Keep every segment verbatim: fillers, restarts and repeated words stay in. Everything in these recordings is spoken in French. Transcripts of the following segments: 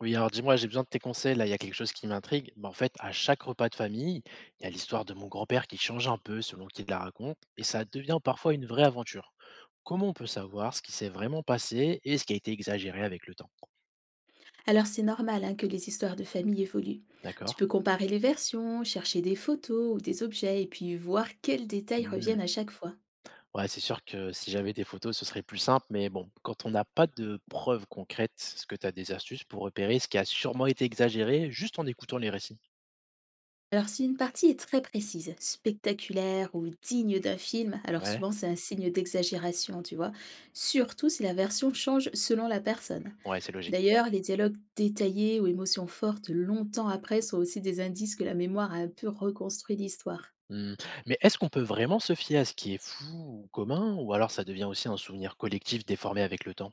Oui, alors dis-moi, j'ai besoin de tes conseils. Là, il y a quelque chose qui m'intrigue. Bah, en fait, à chaque repas de famille, il y a l'histoire de mon grand-père qui change un peu selon qui la raconte, et ça devient parfois une vraie aventure. Comment on peut savoir ce qui s'est vraiment passé et ce qui a été exagéré avec le temps? Alors c'est normal hein, que les histoires de famille évoluent. Tu D'accord? peux comparer les versions, chercher des photos ou des objets et puis voir quels détails Hmm. reviennent à chaque fois. Ouais, c'est sûr que si j'avais des photos, ce serait plus simple, mais bon, quand on n'a pas de preuves concrètes, est-ce que tu as des astuces pour repérer ce qui a sûrement été exagéré juste en écoutant les récits? Alors si une partie est très précise, spectaculaire ou digne d'un film, alors Ouais, souvent c'est un signe d'exagération, tu vois, surtout si la version change selon la personne. ouais, c'est logique. D'ailleurs, les dialogues détaillés ou émotions fortes longtemps après sont aussi des indices que la mémoire a un peu reconstruit l'histoire. Mmh, mais est-ce qu'on peut vraiment se fier à ce qui est flou ou commun ou alors ça devient aussi un souvenir collectif déformé avec le temps?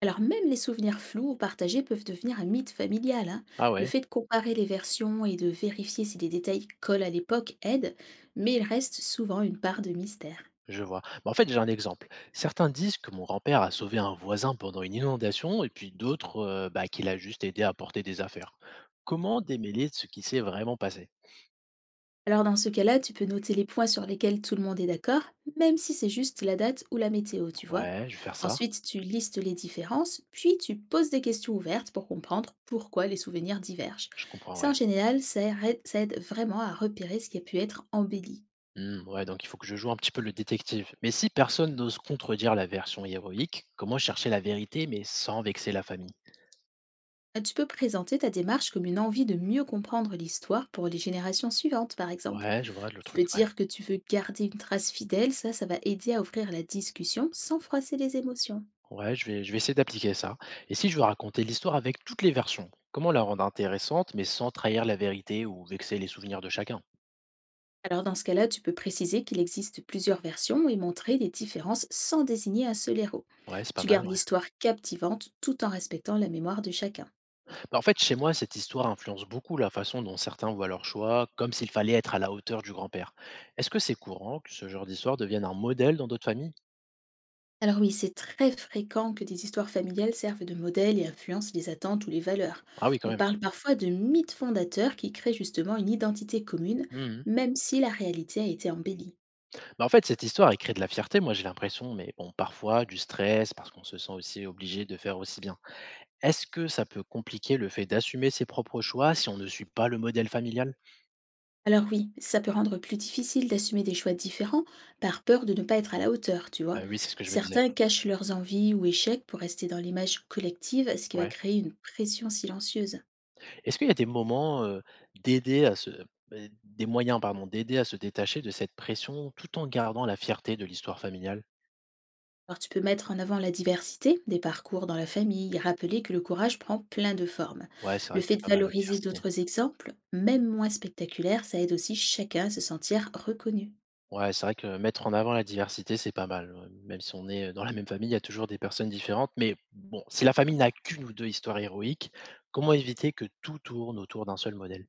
Alors même les souvenirs flous ou partagés peuvent devenir un mythe familial, hein. Ah Le ouais, fait de comparer les versions et de vérifier si les détails collent à l'époque aide, mais il reste souvent une part de mystère. je vois. Bah, en fait, j'ai un exemple. Certains disent que mon grand-père a sauvé un voisin pendant une inondation et puis d'autres euh, bah, qu'il a juste aidé à porter des affaires. Comment démêler ce qui s'est vraiment passé? Alors dans ce cas-là, tu peux noter les points sur lesquels tout le monde est d'accord, même si c'est juste la date ou la météo, tu vois. Ouais, je vais faire ça. Ensuite, tu listes les différences, puis tu poses des questions ouvertes pour comprendre pourquoi les souvenirs divergent. Je comprends, Ça, en ouais. général, ça aide ça aide vraiment à repérer ce qui a pu être embelli. Hmm, ouais, donc il faut que je joue un petit peu le détective. Mais si personne n'ose contredire la version héroïque, comment chercher la vérité mais sans vexer la famille? Ah, tu peux présenter ta démarche comme une envie de mieux comprendre l'histoire pour les générations suivantes, par exemple. Ouais, je vois le Tu truc, peux ouais. dire que tu veux garder une trace fidèle, ça, ça va aider à ouvrir la discussion sans froisser les émotions. Ouais, je vais, je vais essayer d'appliquer ça. Et si je veux raconter l'histoire avec toutes les versions, comment la rendre intéressante, mais sans trahir la vérité ou vexer les souvenirs de chacun? Alors dans ce cas-là, tu peux préciser qu'il existe plusieurs versions et montrer les différences sans désigner un seul héros. Ouais, c'est pas Tu mal, gardes ouais. l'histoire captivante tout en respectant la mémoire de chacun. Bah, en fait, chez moi, cette histoire influence beaucoup la façon dont certains voient leur choix, comme s'il fallait être à la hauteur du grand-père. Est-ce que c'est courant que ce genre d'histoire devienne un modèle dans d'autres familles? Alors oui, c'est très fréquent que des histoires familiales servent de modèle et influencent les attentes ou les valeurs. Ah oui, quand On même. parle parfois de mythes fondateurs qui créent justement une identité commune, Mhm. même si la réalité a été embellie. Bah, en fait, cette histoire, elle crée de la fierté, moi j'ai l'impression, mais bon, parfois du stress, parce qu'on se sent aussi obligé de faire aussi bien. Est-ce que ça peut compliquer le fait d'assumer ses propres choix si on ne suit pas le modèle familial? Alors oui, ça peut rendre plus difficile d'assumer des choix différents par peur de ne pas être à la hauteur, tu vois. Bah, oui, c'est ce que je me disais. Certains cachent leurs envies ou échecs pour rester dans l'image collective, ce qui va Ouais. créer une pression silencieuse. Est-ce qu'il y a des moments, heu, d'aider à se beh, des moyens, pardon, d'aider à se détacher de cette pression tout en gardant la fierté de l'histoire familiale? Alors tu peux mettre en avant la diversité des parcours dans la famille, rappeler que le courage prend plein de formes. Ouais, c'est Le vrai que fait c'est de pas mal la valoriser diversité. d'autres exemples, même moins spectaculaires, ça aide aussi chacun à se sentir reconnu. Ouais, c'est vrai que mettre en avant la diversité, c'est pas mal, ouais. Même si on est, dans la même famille, il y a toujours des personnes différentes. Mais bon, si la famille n'a qu'une ou deux histoires héroïques, comment éviter que tout tourne autour d'un seul modèle?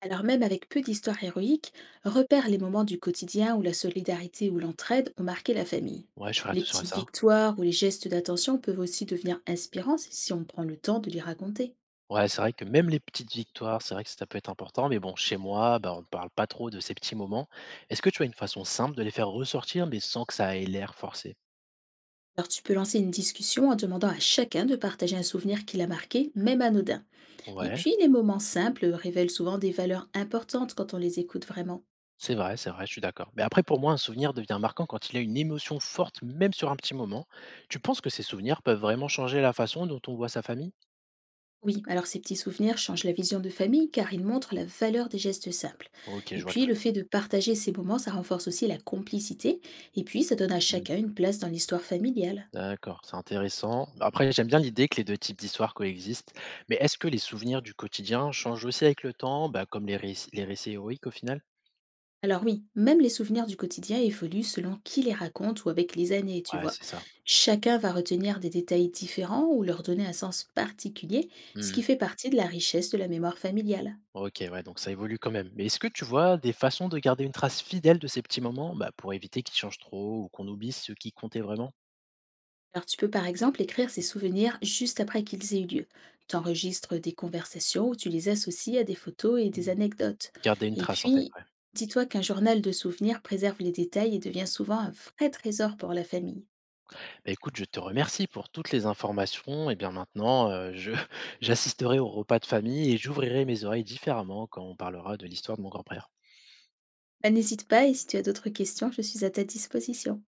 Alors même avec peu d'histoires héroïques, repère les moments du quotidien où la solidarité ou l'entraide ont marqué la famille. Ouais, je ferai Les attention à petites ça. victoires ou les gestes d'attention peuvent aussi devenir inspirants si on prend le temps de les raconter. Ouais, c'est vrai que même les petites victoires, c'est vrai que ça peut être important, mais bon, chez moi, bah, on ne parle pas trop de ces petits moments. Est-ce que tu as une façon simple de les faire ressortir, mais sans que ça ait l'air forcé? Alors tu peux lancer une discussion en demandant à chacun de partager un souvenir qui l'a marqué, même anodin. Et Ouais, puis, les moments simples révèlent souvent des valeurs importantes quand on les écoute vraiment. c'est vrai, c'est vrai, je suis d'accord. Mais après, pour moi, un souvenir devient marquant quand il a une émotion forte, même sur un petit moment. Tu penses que ces souvenirs peuvent vraiment changer la façon dont on voit sa famille? Oui, alors ces petits souvenirs changent la vision de famille car ils montrent la valeur des gestes simples. OK, Et je vois le puis, le truc. fait de partager ces moments, ça renforce aussi la complicité et puis ça donne à Hmm, chacun une place dans l'histoire familiale. d'accord, c'est intéressant. Après, j'aime bien l'idée que les deux types d'histoires coexistent, mais est-ce que les souvenirs du quotidien changent aussi avec le temps, bah, comme les réc- les récits héroïques au final? Alors oui, même les souvenirs du quotidien évoluent selon qui les raconte ou avec les années, tu Ouais, vois. c'est ça. Chacun va retenir des détails différents ou leur donner un sens particulier, ce qui Mmh. fait partie de la richesse de la mémoire familiale. OK, ouais, donc ça évolue quand même. Mais est-ce que tu vois des façons de garder une trace fidèle de ces petits moments, bah, pour éviter qu'ils changent trop ou qu'on oublie ce qui comptait vraiment? Alors tu peux par exemple écrire ces souvenirs juste après qu'ils aient eu lieu. T'enregistres des conversations ou tu les associes à des photos et des Mmh, anecdotes. garder une Et trace, en fait, puis, ouais. dis-toi qu'un journal de souvenirs préserve les détails et devient souvent un vrai trésor pour la famille. Bah, écoute, je te remercie pour toutes les informations et bien maintenant, heu, je j'assisterai au repas de famille et j'ouvrirai mes oreilles différemment quand on parlera de l'histoire de mon grand-père. Bah, n'hésite pas et si tu as d'autres questions, je suis à ta disposition.